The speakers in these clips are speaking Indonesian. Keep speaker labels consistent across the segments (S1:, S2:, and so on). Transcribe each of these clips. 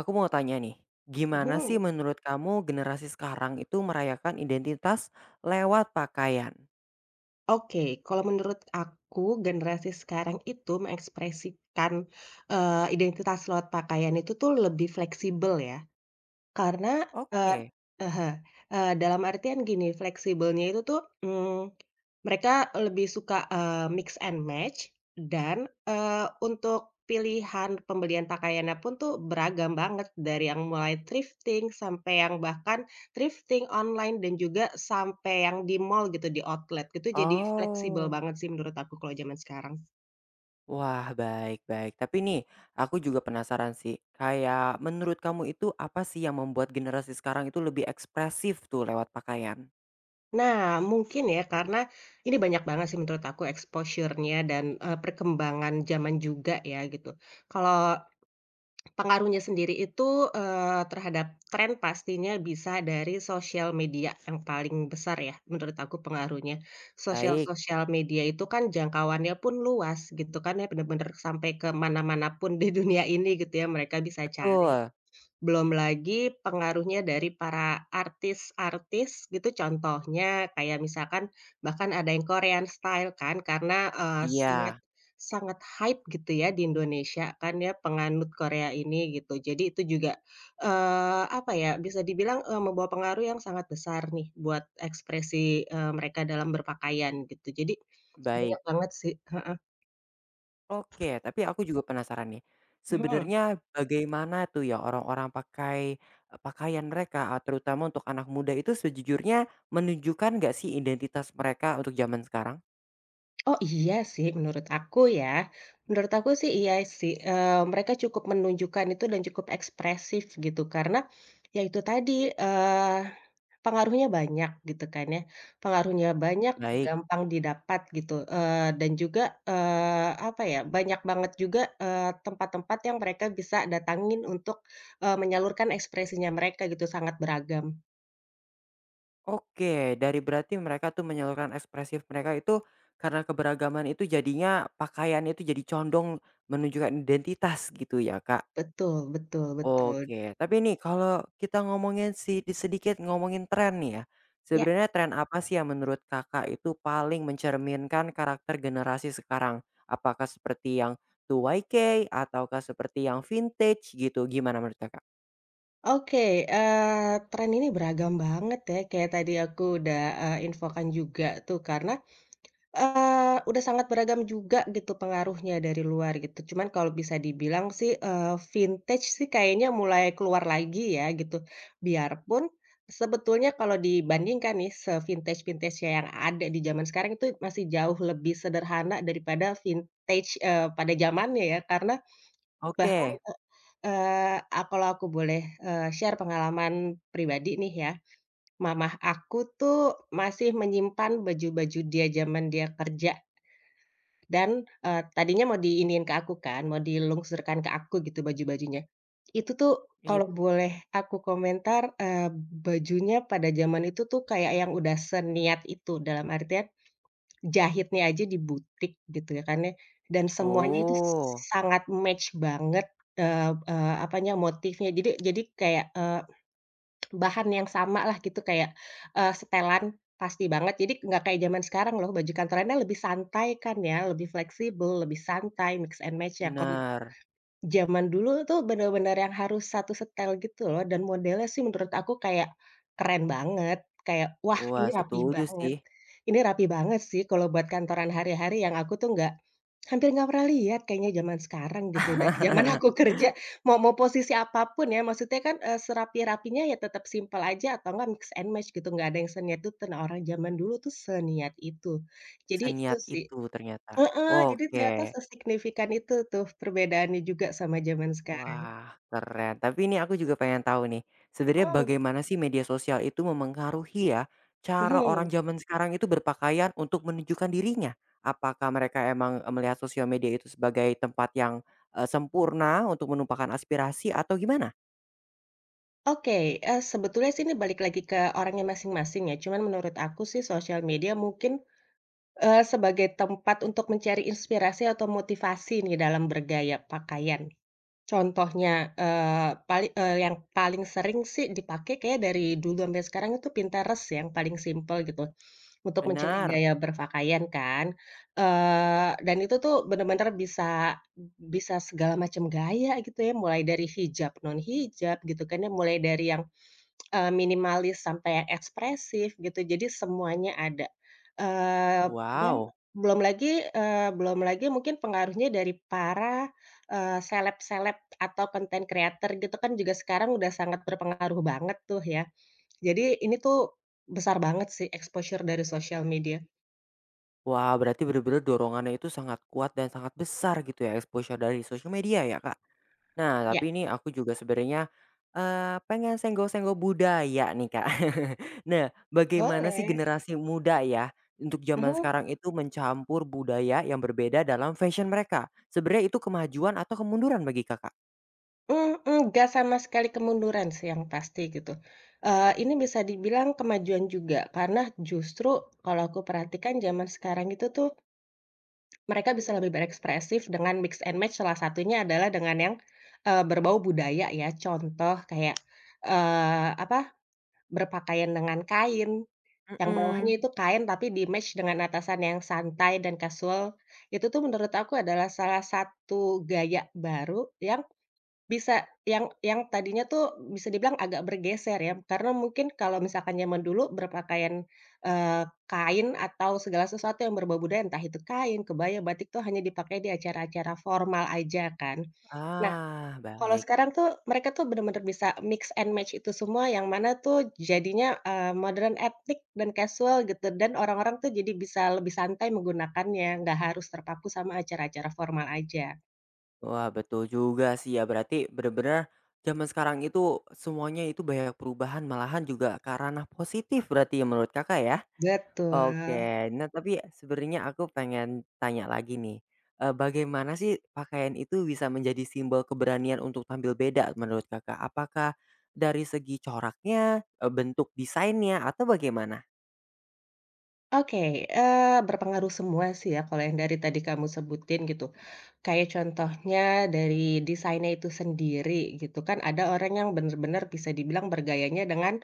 S1: Aku mau tanya nih, gimana sih
S2: Mhm.
S1: menurut kamu generasi sekarang itu merayakan identitas lewat pakaian?
S2: Oke, kalau menurut aku generasi sekarang itu mengekspresikan, identitas lewat pakaian itu tuh lebih fleksibel ya. Karena,
S1: Oke.
S2: heeh, dalam artian gini, fleksibelnya itu tuh, mereka lebih suka, mix and match dan, untuk pilihan pembelian pakaiannya pun tuh beragam banget, dari yang mulai thrifting sampai yang bahkan thrifting online dan juga sampai yang di mall gitu, di outlet, gitu jadi fleksibel
S1: Oh.
S2: banget sih menurut aku kalau zaman sekarang.
S1: Wah, baik baik. Tapi nih, aku juga penasaran sih, kayak menurut kamu itu apa sih yang membuat generasi sekarang itu lebih ekspresif tuh lewat pakaian?
S2: Nah, mungkin ya karena ini banyak banget sih menurut aku exposure-nya dan, perkembangan zaman juga ya gitu. Kalau pengaruhnya sendiri itu, terhadap tren pastinya bisa dari sosial media yang paling besar ya menurut aku pengaruhnya. Sosial
S1: Baik,
S2: sosial media itu kan jangkauannya pun luas gitu kan ya, bener-bener sampai ke mana-mana pun di dunia ini gitu ya mereka bisa cari.
S1: betul.
S2: Belum lagi pengaruhnya dari para artis-artis gitu, contohnya kayak misalkan bahkan ada yang Korean Style kan karena, sangat
S1: Iya,
S2: sangat hype gitu ya di Indonesia kan ya penganut Korea ini gitu. Jadi itu juga, apa ya, bisa dibilang, membawa pengaruh yang sangat besar nih buat ekspresi, mereka dalam berpakaian gitu. Jadi
S1: baik.
S2: banyak banget sih, heeh.
S1: Oke, tapi aku juga penasaran nih.
S2: Mhm.
S1: Sebenarnya bagaimana tuh ya orang-orang pakai pakaian mereka, terutama untuk anak muda itu sejujurnya menunjukkan nggak sih identitas mereka untuk zaman sekarang?
S2: Oh, iya sih menurut aku ya, menurut aku sih iya sih, mereka cukup menunjukkan itu dan cukup ekspresif gitu karena, ya itu tadi, eee, pengaruhnya banyak gitu kan ya, pengaruhnya banyak,
S1: Baik.
S2: gampang didapat gitu, dan juga, apa ya, banyak banget juga, tempat-tempat yang mereka bisa datangin untuk, menyalurkan ekspresinya mereka gitu sangat beragam.
S1: Oke, dari berarti mereka tuh menyalurkan ekspresif mereka itu karena keberagaman itu jadinya pakaian itu jadi condong menunjukkan identitas gitu ya, Kak?
S2: Betul betul betul.
S1: Oke, tapi nih kalau kita ngomongin si di sedikit ngomongin tren nih ya.
S2: Ya.
S1: Sebenarnya tren apa sih yang menurut Kakak itu paling mencerminkan karakter generasi sekarang? Apakah seperti yang 2YK ataukah seperti yang vintage gitu? Gimana menurut Kakak?
S2: Oke, tren ini beragam banget ya, kayak tadi aku udah, infokan juga tuh karena, udah sangat beragam juga gitu pengaruhnya dari luar gitu. Cuman kalau bisa dibilang sih, vintage sih kayaknya mulai keluar lagi ya gitu. Biarpun sebetulnya kalau dibandingkan nih se vintage vintage yang ada di zaman sekarang itu masih jauh lebih sederhana daripada vintage, pada zamannya ya. Karena bahkan
S1: Oke,
S2: Eee, a kalau aku boleh, share pengalaman pribadi nih ya, mamah aku tuh masih menyimpan baju-baju dia zaman dia kerja dan, tadinya mau diinin ke aku kan, mau dilungsurkan ke aku gitu baju-bajunya. Itu tuh
S1: iya.
S2: kalau boleh aku komentar, bajunya pada zaman itu tuh kayak yang udah seniat itu, dalam artian jahitnya aja di butik gitu ya kan ya, dan semuanya itu
S1: Oh,
S2: sangat match banget, eee eee, apanya, motifnya. Jadi kayak, bahan yang sama lah gitu kayak, setelan pasti banget. Jadi nggak kayak zaman sekarang loh, baju kantorannya lebih santai kan ya, lebih fleksibel, lebih santai mix and match ya. Kalau
S1: benar.
S2: zaman dulu tuh bener-bener yang harus satu setel gitu loh dan modelnya sih menurut aku kayak keren banget, kayak, "Wah
S1: Wah,
S2: ini rapih
S1: setuju
S2: banget."
S1: sih.
S2: Ini rapi banget sih kalau buat kantoran hari-hari yang aku tuh nggak hampir nggak pernah lihat kayaknya zaman sekarang gitu, dari zaman aku kerja mau mau posisi apapun ya maksudnya kan, serapi-rapinya ya tetap simpel aja atau enggak mix and match gitu, nggak ada yang seniat itu. Nah orang zaman dulu tuh seniat itu. Jadi itu
S1: Seniat
S2: sih.
S1: itu ternyata.
S2: Heeh, jadi
S1: Oke.
S2: ternyata sesignifikan itu tuh perbedaannya juga sama zaman sekarang.
S1: Wah, keren. Tapi ini aku juga pengen tahu nih, sebenarnya
S2: Mmm,
S1: bagaimana sih media sosial itu memengaruhi ya, cara orang
S2: mhm.
S1: zaman sekarang itu berpakaian untuk menunjukkan dirinya? Apakah mereka emang, melihat sosial media itu sebagai tempat yang, sempurna untuk menumpahkan aspirasi atau gimana?
S2: Oke, sebetulnya sih ini balik lagi ke orangnya masing-masing ya, cuman menurut aku sih sosial media mungkin, sebagai tempat untuk mencari inspirasi atau motivasi nih dalam bergaya pakaian. Contohnya, yang paling sering sih dipakai kayaknya dari dulu sampai sekarang itu Pinterest yang paling simpel gitu, untuk mencari
S1: Benar.
S2: gaya berpakaian kan, dan itu tuh bener-bener bisa bisa segala macam gaya gitu ya, mulai dari hijab, non hijab gitu kan ya, mulai dari yang minimalis sampai yang ekspresif gitu, jadi semuanya ada. Eee, Mmm. Dan
S1: Wow.
S2: belum lagi belum lagi mungkin pengaruhnya dari para, seleb-seleb atau konten creator gitu kan juga sekarang udah sangat berpengaruh banget tuh ya. Jadi ini tuh besar banget sih exposure dari sosial media.
S1: Wah, berarti benar-benar dorongannya itu sangat kuat dan sangat besar gitu ya, exposure dari sosial media ya, Kak? Nah, tapi
S2: Ya,
S1: ini aku juga sebenarnya, pengen senggol-senggol budaya nih, Kak. Nah, bagaimana sih
S2: boleh.
S1: generasi muda ya, untuk zaman
S2: Mhm.
S1: sekarang itu mencampur budaya yang berbeda dalam fashion mereka? Sebenarnya itu kemajuan atau kemunduran bagi Kakak?
S2: Enggak sama sekali kemunduran sih yang pasti gitu, ini bisa dibilang kemajuan juga karena justru kalau aku perhatikan zaman sekarang itu tuh mereka bisa lebih berekspresif dengan mix and match salah satunya adalah dengan yang, berbau budaya ya contoh kayak, eee, apa, berpakaian dengan kain yang bawahnya
S1: Mhm.
S2: itu kain tapi di-match dengan atasan yang santai dan kasual, itu tuh menurut aku adalah salah satu gaya baru yang bisa, yang tadinya tuh bisa dibilang agak bergeser ya, karena mungkin kalau misalkan zaman dulu berpakaian, kain atau segala sesuatu yang berbau budaya, entah itu kain, kebaya, batik tuh hanya dipakai di acara-acara formal aja kan. Nah,
S1: Ah,
S2: kalau
S1: baik.
S2: sekarang tuh mereka tuh benar-benar bisa mix and match itu semua yang mana tuh jadinya, modern etnik dan casual gitu dan orang-orang tuh jadi bisa lebih santai menggunakannya, nggak harus terpaku sama acara-acara formal aja.
S1: Wah, betul juga sih ya, berarti benar-benar zaman sekarang itu semuanya itu banyak perubahan, malahan juga ke ranah positif berarti ya menurut Kakak ya?
S2: Betul.
S1: Oke. Nah, tapi sebenarnya aku pengen tanya lagi nih, bagaimana sih pakaian itu bisa menjadi simbol keberanian untuk tampil beda menurut Kakak? Apakah dari segi coraknya, bentuk desainnya, atau bagaimana?
S2: Oke, berpengaruh semua sih ya kalau yang dari tadi kamu sebutin gitu. Kayak contohnya dari desainnya itu sendiri gitu kan, ada orang yang benar-benar bisa dibilang bergayanya dengan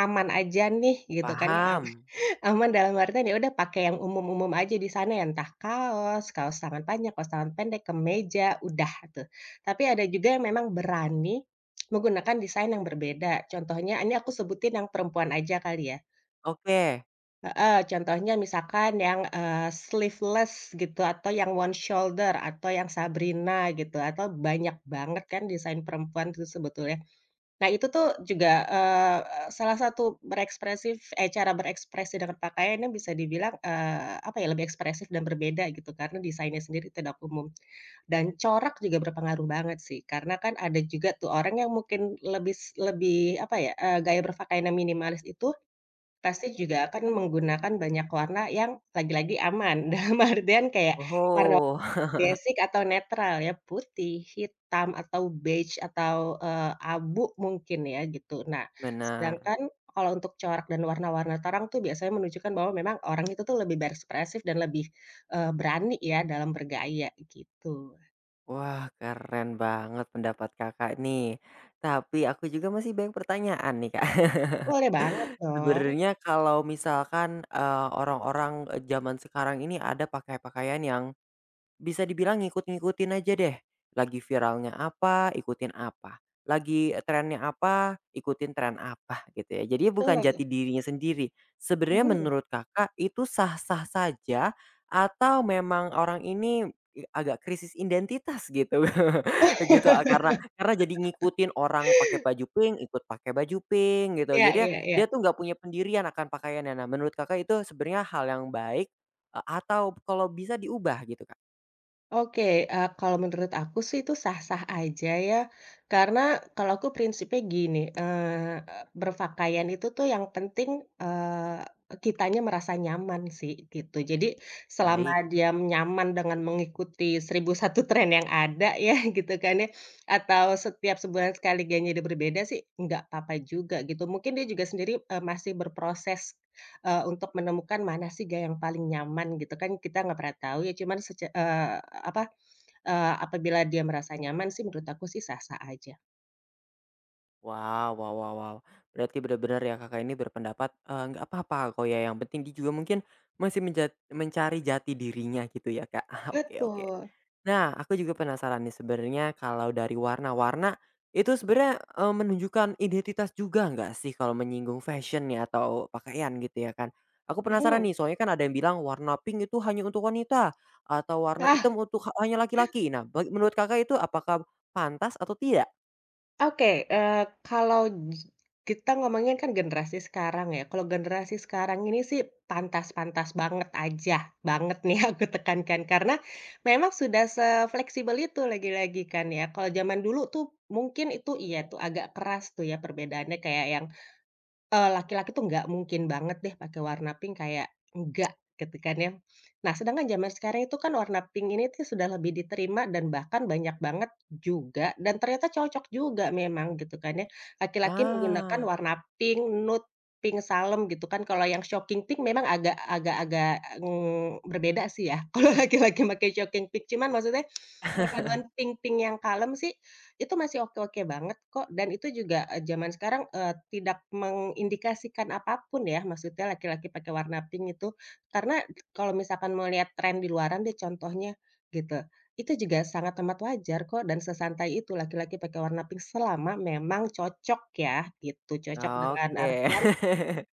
S2: aman aja nih gitu kan ya,
S1: Paham.
S2: aman dalam artian ya udah pakai yang umum-umum aja di sana ya, entah kaos, kaos tangan panjang, kaos tangan pendek, kemeja, udah tuh. Tapi ada juga yang memang berani menggunakan desain yang berbeda. Contohnya ini aku sebutin yang perempuan aja kali ya.
S1: Oke.
S2: Heeh, contohnya misalkan yang, sleeveless gitu atau yang one shoulder atau yang Sabrina gitu atau banyak banget kan desain perempuan itu sebetulnya. Nah itu tuh juga, salah satu cara berekspresi dengan pakaian yang bisa dibilang, apa ya, lebih ekspresif dan berbeda gitu karena desainnya sendiri tidak umum. Dan corak juga berpengaruh banget sih karena kan ada juga tuh orang yang mungkin lebih lebih apa ya, gaya berpakaiannya minimalis itu pasti juga akan menggunakan banyak warna yang lagi-lagi aman, dalam artian kayak warna
S1: Oh.
S2: basic atau netral ya, putih, hitam, atau beige, atau, abu mungkin ya gitu. Nah,
S1: Benar.
S2: sedangkan kalau untuk corak dan warna-warna terang tuh biasanya menunjukkan bahwa memang orang itu tuh lebih berekspresif dan lebih, berani ya dalam bergaya gitu.
S1: Wah, keren banget pendapat Kakak nih. Tapi aku juga masih banyak pertanyaan nih, Kak.
S2: Boleh banget dong,
S1: Sebenarnya kalau misalkan, orang-orang, zaman sekarang ini ada pakai pakaian yang bisa dibilang ngikut-ngikutin aja deh. Lagi viralnya apa, ikutin apa. Lagi trennya apa, ikutin tren apa gitu ya. Jadi bukan
S2: betul.
S1: jati dirinya sendiri. Sebenarnya
S2: Mhm,
S1: menurut Kakak itu sah-sah saja atau memang orang ini i agak krisis identitas gitu? Gitu, karena jadi ngikutin orang pakai baju pink, ikut pakai baju pink gitu.
S2: iya
S1: Jadi ya
S2: iya iya.
S1: dia tuh nggak punya pendirian akan pakaiannya. Nah menurut Kakak itu sebenarnya hal yang baik, atau kalau bisa diubah gitu, Kak?
S2: Oke, kalau menurut aku sih itu sah-sah aja ya, karena kalau aku prinsipnya gini, berpakaian itu tuh yang penting, eee, kitanya merasa nyaman sih gitu. Jadi selama
S1: Baik.
S2: dia nyaman dengan mengikuti 1001 tren yang ada ya gitu kan ya, atau setiap sebulan sekali gayanya dia berbeda sih nggak apa-apa juga gitu. Mungkin dia juga sendiri, masih berproses untuk menemukan mana sih gaya yang paling nyaman gitu kan kita nggak pernah tahu ya cuman sece eee, apa, eee, apabila dia merasa nyaman sih menurut aku sih sah-sah aja.
S1: Wow wow wow wow. Berarti benar-benar ya Kakak ini berpendapat, nggak apa-apa kok ya, yang penting dia juga mungkin masih menjat mencari jati dirinya gitu ya, Kak. Ah, oke oke.
S2: Betul.
S1: Nah, aku juga penasaran nih sebenarnya kalau dari warna-warna, itu sebenarnya, menunjukkan identitas juga nggak sih kalau menyinggung fashion ya atau pakaian gitu ya kan? Aku penasaran
S2: Mhm.
S1: nih, soalnya kan ada yang bilang warna pink itu hanya untuk wanita, atau warna hitam
S2: Ah,
S1: untuk ha hanya laki-laki. Nah, bagi menurut Kakak itu apakah pantas atau tidak?
S2: oke, kalau j kita ngomongin kan generasi sekarang ya, kalau generasi sekarang ini sih pantas-pantas banget aja, banget nih aku tekankan karena memang sudah sefleksibel itu lagi-lagi kan ya. Kalau zaman dulu tuh mungkin itu iya tuh agak keras tuh ya perbedaannya kayak yang laki-laki tuh nggak mungkin banget deh pakai warna pink, kayak enggak gitu kan ya. Nah, sedangkan zaman sekarang itu kan warna pink ini tuh sudah lebih diterima dan bahkan banyak banget juga dan ternyata cocok juga memang gitu kan ya. Laki-laki menggunakan
S1: Ah.
S2: warna pink, nude, pink salem gitu kan. Kalau yang shocking pink memang agak agak agak, eee, berbeda sih ya kalau laki-laki pakai shocking pink, cuman maksudnya perpaduan pink-pink yang kalem sih, itu masih oke-oke banget kok, dan itu juga, zaman sekarang, tidak mengindikasikan apapun ya, maksudnya laki-laki pakai warna pink itu, karena kalau misalkan mau lihat tren di luaran deh contohnya, gitu. Itu juga sangat amat wajar kok dan sesantai itu laki-laki pakai warna pink selama memang cocok ya, gitu. Cocok dengan
S1: Oke.
S2: artian,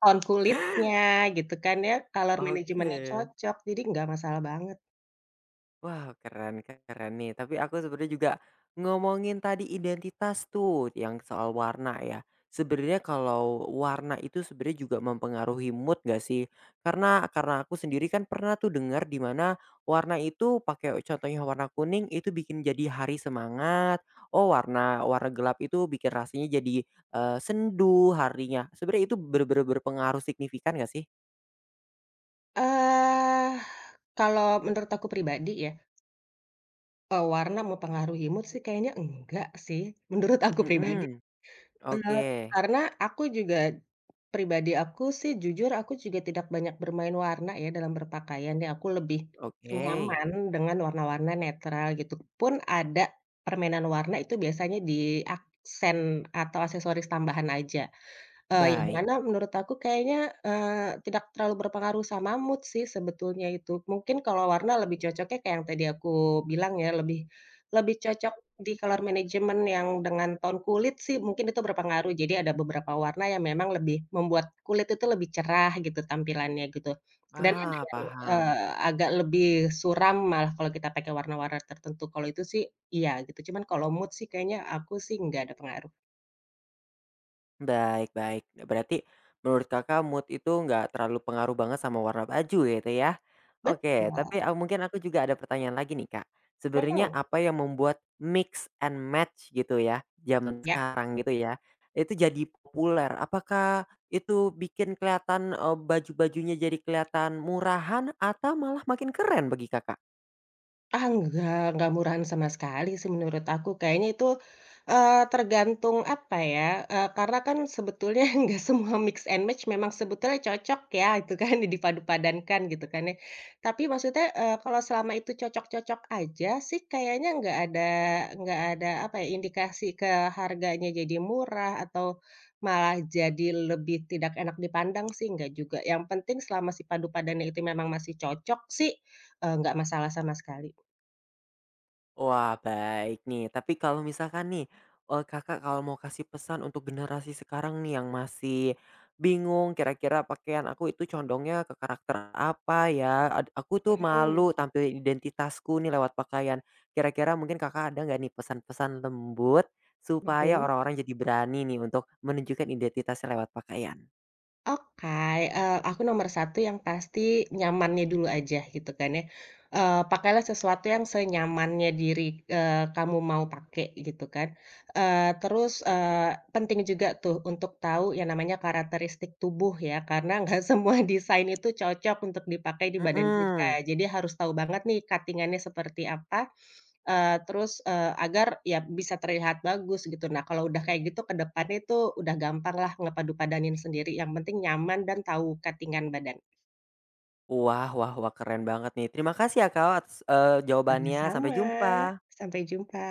S2: tone kulitnya gitu kan ya, color management-nya
S1: Oke.
S2: cocok, jadi nggak masalah banget.
S1: Wow, keren keren nih. Tapi aku sebenarnya juga ngomongin tadi identitas tuh yang soal warna ya. Sebenarnya kalau warna itu sebenarnya juga mempengaruhi mood gak sih? Karena aku sendiri kan pernah tuh dengar di mana warna itu pakai contohnya warna kuning itu bikin jadi hari semangat. Oh, warna warna gelap itu bikin rasanya jadi, sendu harinya. Sebenarnya itu bener-bener berpengaruh signifikan gak sih?
S2: Eee, kalau menurut aku pribadi ya, warna mempengaruhi mood sih kayaknya enggak sih, menurut aku pribadi.
S1: Mhm.
S2: Eee,
S1: Oke,
S2: karena aku juga pribadi aku sih jujur aku juga tidak banyak bermain warna ya dalam berpakaian ya, aku lebih
S1: oke,
S2: nyaman dengan warna-warna netral gitu. Pun ada permainan warna itu biasanya di aksen atau aksesoris tambahan aja. Yang
S1: baik.
S2: mana menurut aku kayaknya, tidak terlalu berpengaruh sama mood sih sebetulnya itu. Mungkin kalau warna lebih cocoknya kayak yang tadi aku bilang ya, lebih lebih cocok di color management yang dengan tone kulit sih mungkin itu berpengaruh. Jadi ada beberapa warna yang memang lebih membuat kulit itu lebih cerah gitu tampilannya gitu. Dan ada
S1: Ah,
S2: yang,
S1: paham.
S2: agak lebih suram malah kalau kita pakai warna-warna tertentu. Kalau itu sih iya gitu, cuman kalau mood sih kayaknya aku sih nggak ada pengaruh.
S1: Baik baik. Nah, berarti menurut Kakak mood itu nggak terlalu pengaruh banget sama warna baju gitu ya? Oke, tapi,
S2: Betul,
S1: mungkin aku juga ada pertanyaan lagi nih, Kak. Sebenarnya
S2: mhm,
S1: apa yang membuat mix and match gitu ya, zaman
S2: ya.
S1: sekarang gitu ya, itu jadi populer? Apakah itu bikin kelihatan, baju-bajunya jadi kelihatan murahan atau malah makin keren bagi Kakak?
S2: Ah, enggak murahan sama sekali sih menurut aku. Kayaknya itu, tergantung apa ya, karena kan sebetulnya enggak semua mix and match memang sebetulnya cocok ya itu kan dipadu-padankan gitu kan ya. Tapi maksudnya, kalau selama itu cocok-cocok aja sih kayaknya enggak ada apa ya, indikasi ke harganya jadi murah atau malah jadi lebih tidak enak dipandang sih enggak juga. Yang penting selama si padu padannya itu memang masih cocok sih, enggak masalah sama sekali.
S1: Wah, baik nih. Tapi kalau misalkan nih, Kakak kalau mau kasih pesan untuk generasi sekarang nih yang masih bingung kira-kira pakaian aku itu condongnya ke karakter apa ya, ad aku tuh
S2: Mhm
S1: malu tampil identitasku nih lewat pakaian. Kira-kira mungkin Kakak ada nggak nih pesan-pesan lembut supaya
S2: mhm.
S1: orang-orang jadi berani nih untuk menunjukkan identitasnya lewat pakaian?
S2: Oke, aku nomor satu yang pasti nyamannya dulu aja gitu kan ya, pakailah sesuatu yang senyamannya diri, kamu mau pakai gitu kan, penting juga tuh untuk tahu yang namanya karakteristik tubuh ya karena nggak semua desain itu cocok untuk dipakai di badan kita.
S1: Mhm.
S2: Jadi harus tahu banget nih cutting seperti apa, agar ya bisa terlihat bagus gitu. Nah, kalau udah kayak gitu ke depannya itu udah gampang lah ngepadu-padanin sendiri, yang penting nyaman dan tahu cutting-an badan.
S1: Wah wah wah, keren banget nih. Terima kasih ya, Kak, atas, jawabannya. Sampai
S2: Sama-sama,
S1: jumpa.
S2: sampai jumpa.